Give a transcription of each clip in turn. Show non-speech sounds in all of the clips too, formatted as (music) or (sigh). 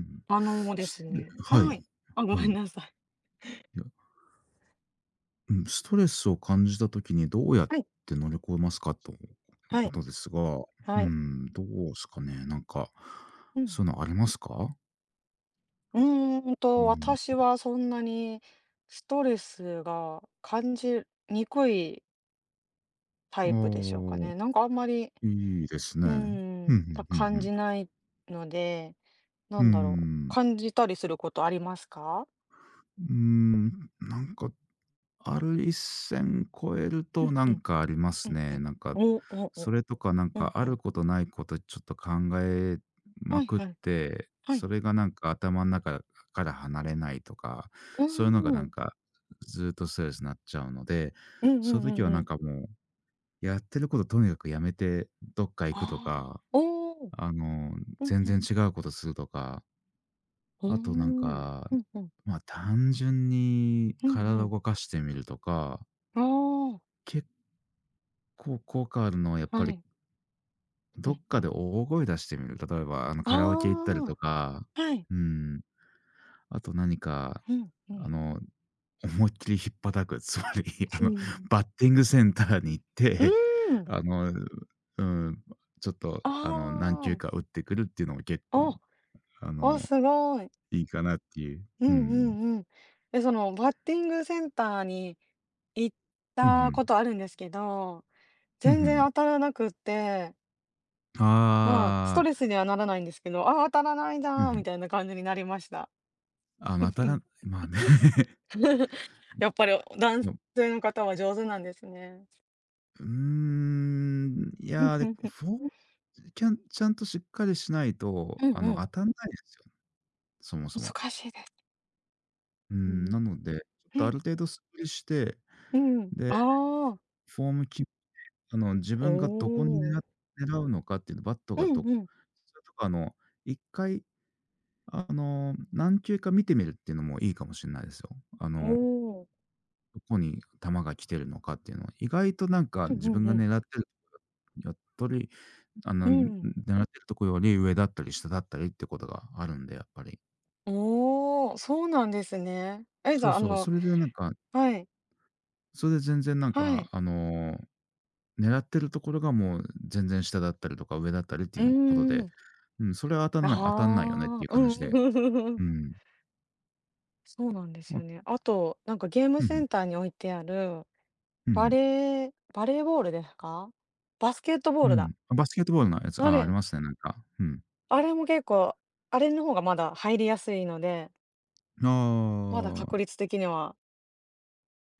うん。あのでスすトレね、はい。はい。あ、ごはい。めんなさい。や、うん、ストレスを感じた時にどうやっはい、て乗り越えますかというはこい、とですが、うはい。ん、どうすかね、なんか、うそん。ういうのありますか？ううん。私はそんなにストレスが感じにくいタああ、イプでしょうかね。なんかあんまり、いいですね。ううんうーたんうん感うじん。ないので、うなーんだろう、ん。感じたりすることありますか？うーん、なんかある一線超えるうとんなうんん、かありまうすんうね。ん。おおそお、れとかうんあうるん。ことないことちょっと考えまはいくっはい、て、はい。それが頭の中から離れないとか、うーそういうのがん。ずっとストレスになっちゃうので、うんうそういうんう時んはうなんん。かもう、やってることとにかくやめてどっか行くとああ。か、おお。あの、うん全うん。然違うことするとか、うーあとなんん。か、うんうん。ま、単純にうん体うをん。動かしてみるとか、あ結こう効果あるのはやっあ、ぱはり、い。うどっんうかん。で大声出してみる。例えば、カラオケ行ったりとああ、か、はい。うん、あと何か、うんうあん。の、思いっきりひっぱたく、(laughs) つまり、うん。バッティングセンターに行っうーて、ん。あの、うん、ちょっと、あ何球あ、か打ってくるっていうのも結構、お、あお、の、すごい。いいかなっていう。ううんうん。んうん。え、そのバッティングセンターに行っうんうたん。ことあるんですけど、うんう全然ん。当たらなくって、まあ、ストあレあ、スにはならないんですけど、ああ、当たらないうんうなーん。みたいな感じになりました。あ、またら (laughs) まあね。(laughs) やっぱり男性の方は上手なんですね。いや、で、(laughs) フォーちゃんちゃんとしっかりしないと、うんうん。当たんないですよ、そもそも。難しいです。うん、なので、ちょっうとあん、る程度素振りして、うん、で、ああ、フォームき自お分がどこにねお。ら狙うのかっていうの、バットうがんどうん。それとか、1回、何球か見てみるっていうのもいいかもしんないですよ。あおの、お。どこに球が来てるのかっていうのは、意外となんかうん自う分んうがん。狙ってるやっとりう狙ん。ってるとこより上だったり下だったりってことがあるんで、やっぱり。おお、そうなんですね。え、じゃあ、そう、それではい、それで全然はい。狙ってるところがもう全然下だったりとか上だったりっていうーうのことで、ん。うん、それは当たんないよねってああ、いう感じで。ううん。(laughs) ん。そうなんですよね。ああと、なんかゲームうセん、ンターに置いてある、うんうん、バレーボールですか？バスケットボールだ。あ、バスケットボールのやつ、あああ、ありれますね、うん。あれも結構、あれの方がまだ入りやすいので、まだああ。確率的には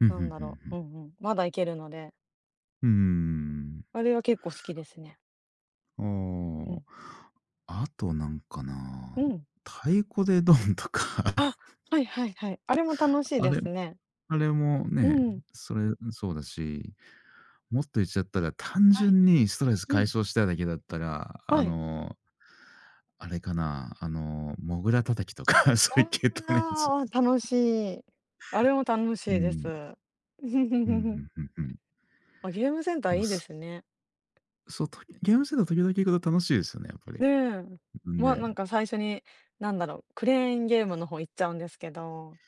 うんなふんんだふんろふう、ん。うんうん、まだいけるので、うーん。あれは結構好きですね。あうん。あ。あとなんかな、うん。太鼓でドンとか。あ、はいはいはい。あれも楽しいあでれすね。あれもうね、ん。それそうだし、もっと言っちゃったら、単はい。純にストレスう解ん。消したいだけだったら、はい。あれかな、モグラ叩きとか、(laughs) そういう系統のやつ。ああ、楽しい。あれも楽しういです。ん。(laughs) うん、うんうんうん。あ、ゲームセンタでーも、いいですすね。そう、ゲームセンター時々行くと楽しいですよね、やっぱり。ねえ。んま、で、なんか最初に、なんだろう、クレーンゲームの方行っちゃうんですけど、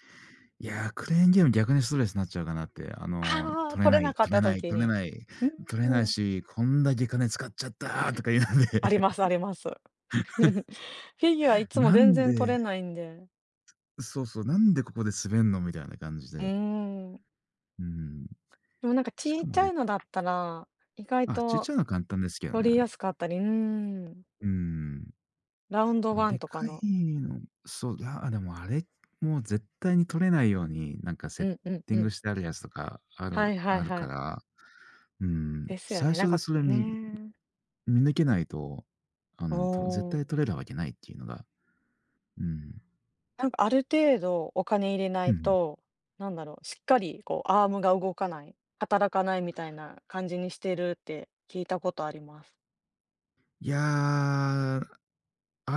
いやー、クレーンゲーム逆にストレスになっちゃうかなって、ああ、取れ取れない、なかっ取れたない、時取れに、ない、う取れないーん、し、こんだけ金使っちゃったーとか言うので、ありますあ (laughs) ります。(laughs) フィギュアいつもな全ん然取でれないんで。そう、なんでここで滑んのみたいな感じうで。ーん。うん。でもなんかちしっかもあちゃれ、いのだったら、意外あ、ちっちとゃいのは簡単ですけどね、取ありれ。やすかったり、うーん、うん。ラウンあ、ドワでンとかかの。いの、そう、いや、でもあれ、もう絶対に取れないように、セッうんうんティうングん。してあるやつとかはいはあいるはかい。ら、うん、ですよ最ね。なん初でかそれね。見抜けないと、お絶お。対取れるわけないっていうのが、うん。なんかある程度お金入れなうんういん。と、なんだろう、しっかりこうアームが動かない、働かないみたいな感じにしてるって聞いたことあります。いや、あ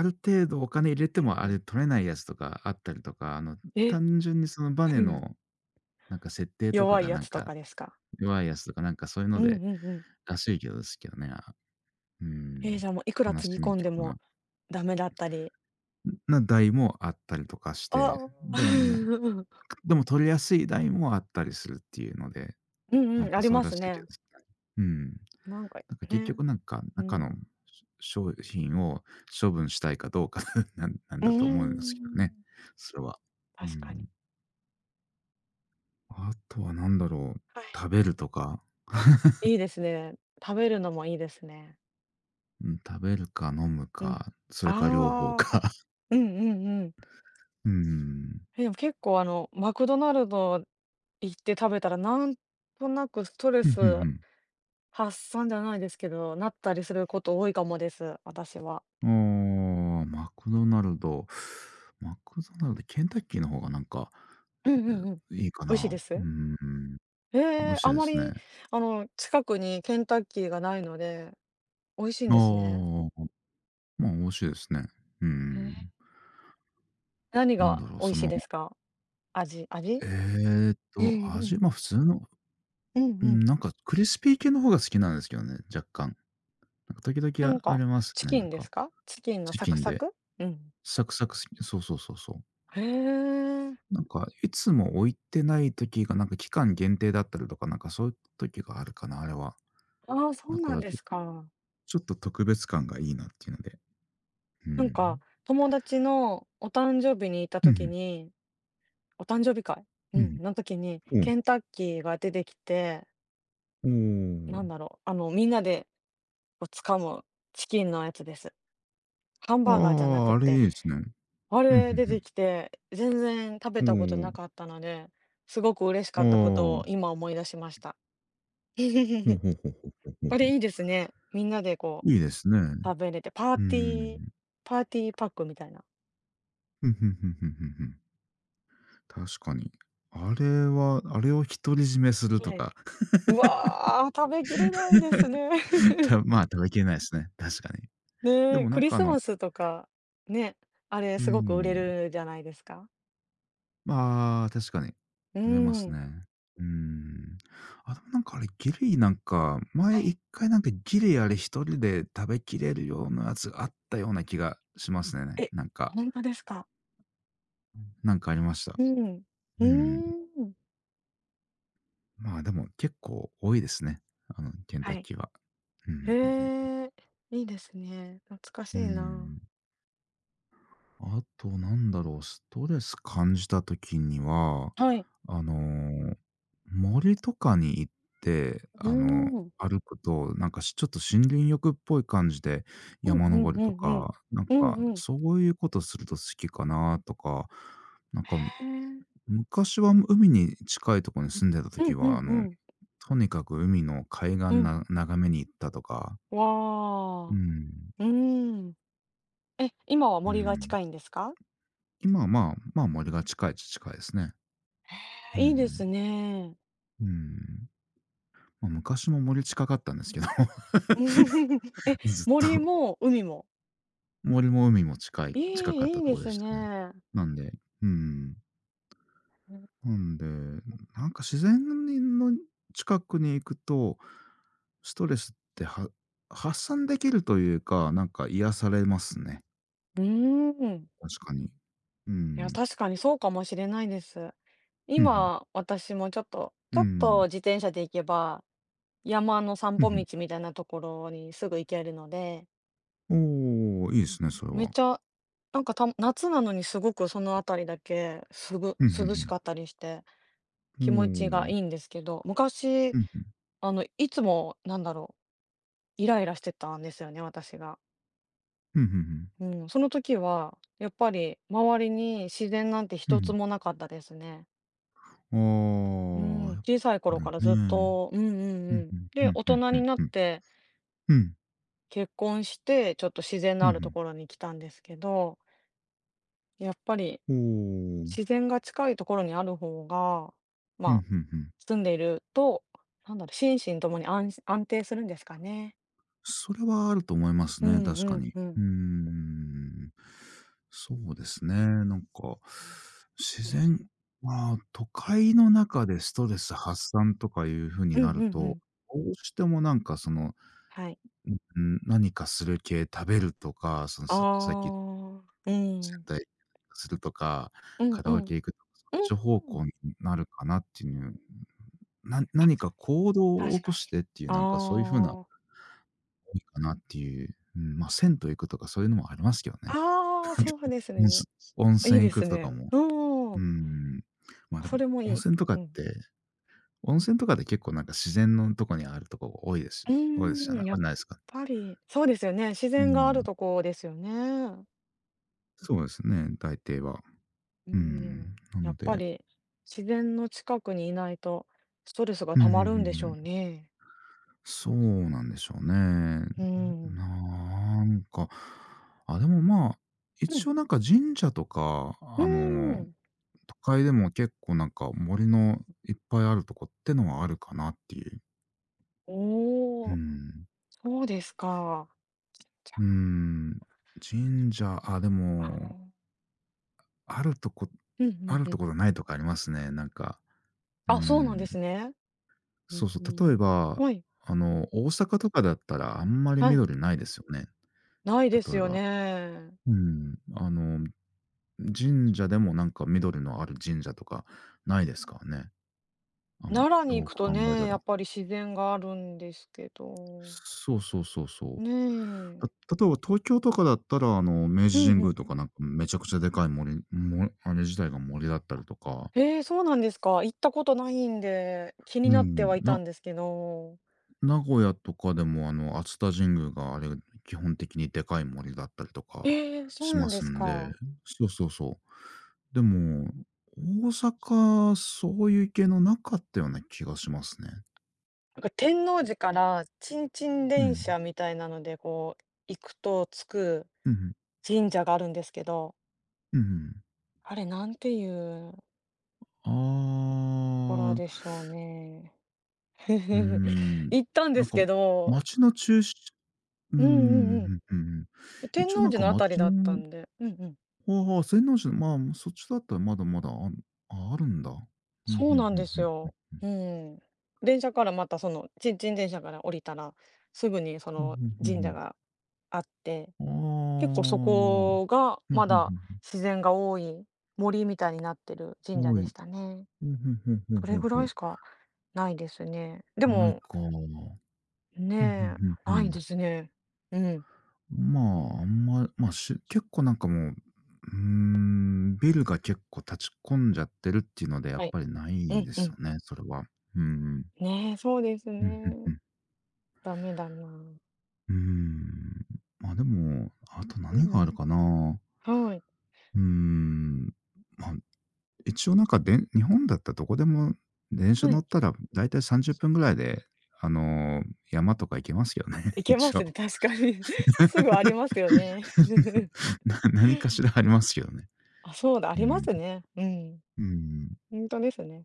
る程度お金入れてうもあれん。取れないやつとかあったりとか、え、単純にそのバネうん。の設定とか弱いがやつとかですか？弱いやつとかそういううのんうで、んうん。らしいですけどね、うーえーん、じゃあ、もういくらつぎ話に込ん聞でこうもなダメだったり。な台もあったりとかして、ああ。(laughs) でも取りやすい台もあったりするっていうので、うんうん、ありそうまらすしいけどね。ですね。うん。ななんかんか結ね、局う中のん。商品を処分したいかどうか (laughs) なんなんうーだと思うんですけどん、ね、それは。う確かん。に。あとは何だろう、はい。食べるとか。あ、(laughs) いいですね。食べるのもいいですね。うん、食べるか飲むうん。か、それか両方ああ、か。(laughs) うんうんうん。うーん。え、でも結構あの、マクドナルド行って食べたら、なんとなくストレふんふんスふん。発散じゃないですけど、なったりすること多いかもです、私は。ああ、マクドナルド。マクドナルド、ケンタッキーの方がうんうんうん。いいか美味しいでな。うーす？ん。え美味え、しいあでますり、ね。あの、近くにケンタッキーがないので、美味しいんああ、ですね。まあ、美味しいですね。うーへえ。ん。何なんがだろう、美そ味しいの、ですか？え味？ーっ (laughs) うんうと、ん。味、ま、普通の、うんううん、ん。なんかクリスピー系の方が好きなんですけどね、若干。なんか時なん々あか、りますチね、キンですか？チキンのチサキクンサで、ク？うん。サクサク、そうそうそうそう。へえ。なんかいつも置いてない時が、なんか期間限定だったりとか、なんかそういう時があるかな、あれは。ああ、そだうかなんらですか。ちょっと特別感がいいなっていうので。うなんん。か、友達のお誕生日に行ったうんう時ん、にお誕生日会？ふうん、んの時におおー。ケンタッキーが出てきて、なんだろう、あの、みんなでこう掴むチキンのやつです。ハンあバーガーじゃなあ、くあれいいて。ですね。あうれ、出てん、きて、全然食べうんたことうなん。かったので、すごく嬉しかったこおお。とあをあ。今思い出しました。ほう (laughs) ほうほうほうほうこほれう。いいですね。みんなでこいいですね。う食べれて、うーん。パーティーパックみたいな。ふんふんふんふんふんふん。確かに。あれは、あれを独り占めするとはい。か、うわあ、食べきれないですね。(laughs) (laughs) まあ、食べきれないですね、確かに。でねえ、もクなんリかあスマのスとか、ね、あれうーすごく売れん、るじゃないですか。まあ、確かに、うー食えますね。ん。うーん。あ、でもなんかあれ、ギリなんか、前はい。一回なんかギリあれ一人で食べきれるようなやつがあったような気がしますね、え、なんか。本当ですか？なんかありました。うん。ううーん。ーん。まあ、でも結構多いですね。あの、ケンタはッい。キーは。うんうへんえ、いいですね。懐かうんしういな。ん。あとなんだろう、ストレス感じた時には、はい。あのー、森とかに行って、うーん。歩くと、ちょっと森林浴っぽい感じでうんう山登んるうとんうん。か、うんうん。そういうことすると好きかなとか、なんか、へえ。昔は海に近いところに住んでたう時んは、うんうん。とにかく海の海岸うん。な眺めに行ったとか、うわあ。ん、うーん。え、今はう森がん。近いんですか？今はまあ、まあ、森が近いっちゃ近いですね。ういいでん、すね。うん。まあ、昔も森近かったんですけど、(laughs) え、(laughs) ずっ森とも海も。森も海もい近かっい、いたいとでこですしたね。ね。なんでうん。うん。なんで、なんか自然の近くに行くと、ストレスっては発散できるというか、なんか癒されますね、うーん。確かに。ういや、ん。確かにそうかもしれないです。ふんふん。今、私もうちょっとん。自転車で行けば山の散ふん歩道ふん。みたいなところにすぐ行けるので、おーいいですね、それめっは。ちゃ、なんか、た夏なのにすごくその辺りだけ、すぐふんふん涼ふしん。かったりして、お気持ちがいお。いんですけど、昔、ふんふん。あの、いつも、なんだろう、イライラしてたんですよね、私が。ふんふんふん。うん、その時は、やっぱり周りに自然なんてふん一ふつん。もなかったですね。あうん、あ、小さいこ頃れかね。らふずっんと、うんうんうふんん。ふで、ん大ふん人ふにんなっふん。てうん。結婚して、ちょっと自然ふのあんるふとん。ころに来たんですけど、やっぱりおお。自然が近いところにある方が、ふんまあ、ふんふん。住んでいると、なんだろう、心身ともに安定するんですかね。それはあると思いますうね、ん確かうんに。ううーん。ん。そうですね、なんか、自うん。然まあ、都会の中でストレス発散とかいう風にうんうなんるうと、ん。どうしてもはい。うん、何かする系、食べるとか、その、さっきああ、う接ん。待するとか、うんカうラオん。ケ行くとか、そっち方うん。向になるかなっていう、何か行確か動を確起こかしに。てっていう、なんかそういう風なああ。多いかなっていう、うん、ま、銭湯行くとかそういうのもありますけどね。ああ、そうですもうすね。温いい泉で行すくとかね。も、ううーん。ん、ま、でそも、れも温いい。泉とかっうん。て、温泉とかで結構なんか自然のとこにあるとこう多いですじゃーなん、やっないすか？ぱり、そうですよね、自う然があるん、とこですよね。そうですね、大抵は。ううん、ん、なやっのぱでり自然の近くにいないとストレスがうんうんたうんうまるんでしょうん。ね。そうなんでしょうね。うん。なんか、あ、でも、まあ、う一ん。応なんか神社とか、うん。都会でも結構なんか森のいっぱいあるとこってのはあるかなっていう。うおお、ん。そうですか。じゃ、うん。神社、あ、であも、あ。あるとこうんうんうん。とないとこありますね、なんか。うあ、そうなんでん。すね。うそうそう、例えん。ば、はい、あの、大阪とかだったらあんまりはい。緑ないですよね、ないで例すえよば。ね。うん、あの、神社でもなんか緑のある神社とかないですからね。あん奈良によ行くくと考えたね、やっら。ぱり自然があるんですけど。そうそうそうそねえ。う。た例えば東京とかだったら、あの、明う治神んうん。宮とかなんかめちゃくちゃでかい森もあれ自体が森だったりとか。へそうなんですか。行ったことないんで、気にうなってん、はいたなんですけど。名古屋とかでも、あの、熱田神宮があれ、基本的にでかい森だったりとかええ、そうしなまんですすんで、か。そうそうそう。でも、大阪、そういう系のなかったような気がしますね。なんか天王寺からちんちんう電ん。車みたいなので、こう行くと着くうん。神社があるんですけど、うん。あれなんていうあところあ。でしょうね。うー (laughs) ん。行ったんなでんすかけど、街の中心、うーん、ううんうんうん。んうんうん。天一応王なん寺かのあたり街だったの、んで、うんうん。ああ、洗脳寺の、まあ、そっちだったらまだまだあある、んだ。うんうんそうなんうでんうすんうん。よ。うん。電車からまたその、ちんちん電車から降りたら、すぐにそふんのふんふんふ神社ん。があってあ結構そあ。こが、ふんまふんだふん自然が多い、森みたいになってるふ神ん。社はでい。したね。ふんふんふんふんそふれんぐふらいん。しかないですね。でないも、か。ねふんふんふんえ、ふないん。ですね。うん、まあ、結構なんかもう、うーん、ビルが結構立ち込んじゃってるっていうので、やっはい。ぱりなういんでうすよん。ね、それは。うんうん。ねえ、そうですうん、ん。ね。ダメだな。うーん。ま、でも、あとう何があん。るかな。はい。うーん、ま、一応なんか日本だったらどこでも電車は乗っい。たらだいたい30分ぐらいで、あの、山とか行けますよね、行 (laughs) けま一す応。ね、確かに。(laughs) すぐありますよね。(laughs) 何かしらありますよね。あ、そうだ、あうりまん。すね。うん。うん。本当ですね。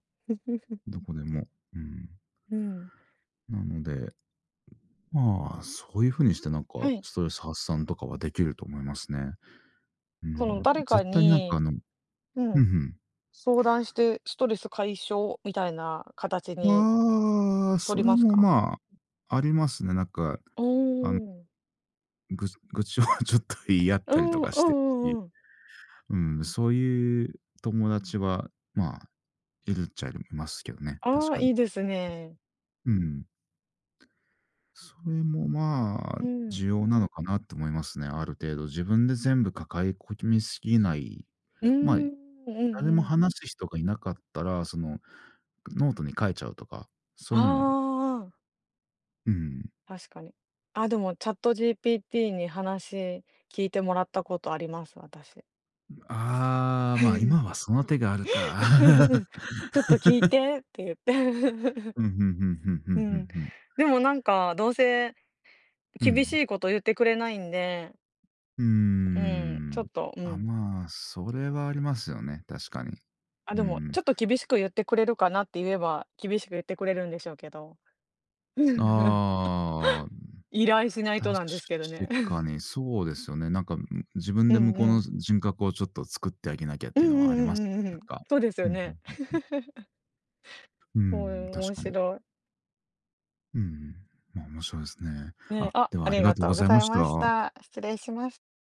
どこでも。うん。うん。なので、まあ、そういう風にしてなんかはい。ストレス発散とかはできると思いますね。うそのん。誰絶か対になんかあにの、ううん。ん相談して、ストレス解消みたいな形うにん。ああ、そ取れりますも、か？まあ、ありますね。なんか、うーあの、ん。ぐ愚痴をちょっと言い合っうたりとんうんかうして、んうん。うん、そういう友達は、まあ、いるっちゃいますけどね、確ああ、かに。いいですね。うん。それも、まあ、うん。重要なのかなって思いますね、ある程度。自分で全部抱え込みすぎない。うーまあ、ん、うん誰もうん。話す人がいなかったら、その、ノートに書いちゃうとか、そういうのも、ああ、うん。確かに。あ、でも、ChatGPT に話聞いてもらったことあります、私。ああ、まあ、今は (laughs) その手があるか。(laughs) 「ちょっと聞いて」って言って。(laughs) うん、うんうんうんうんううんん。うん。でもなんか、どうせう厳しん。いこと言ってくれないんで、うーうん、ちょん。っと、うあ、ん。まあ、それはありますよね、確かに。あ、うでも、ん。ちょっと厳しく言ってくれるかなって言えば、厳しく言ってくれるんでしょうけど。(laughs) ああ、依頼しない確となんですけどね。か (laughs) にそうですよね。なんか、自分うで向んこううのん。人格をちょっと作ってあげなきゃっうてんいううのはありんますうよんうんね、うなんん。か。そうですうよん、うんね。うんうん。ううーん、ん、確面かに。白い。うん。まあ、面白いですね。ね、あ、あ、ではあありりががとうとごうございざまいした。ました。失礼します。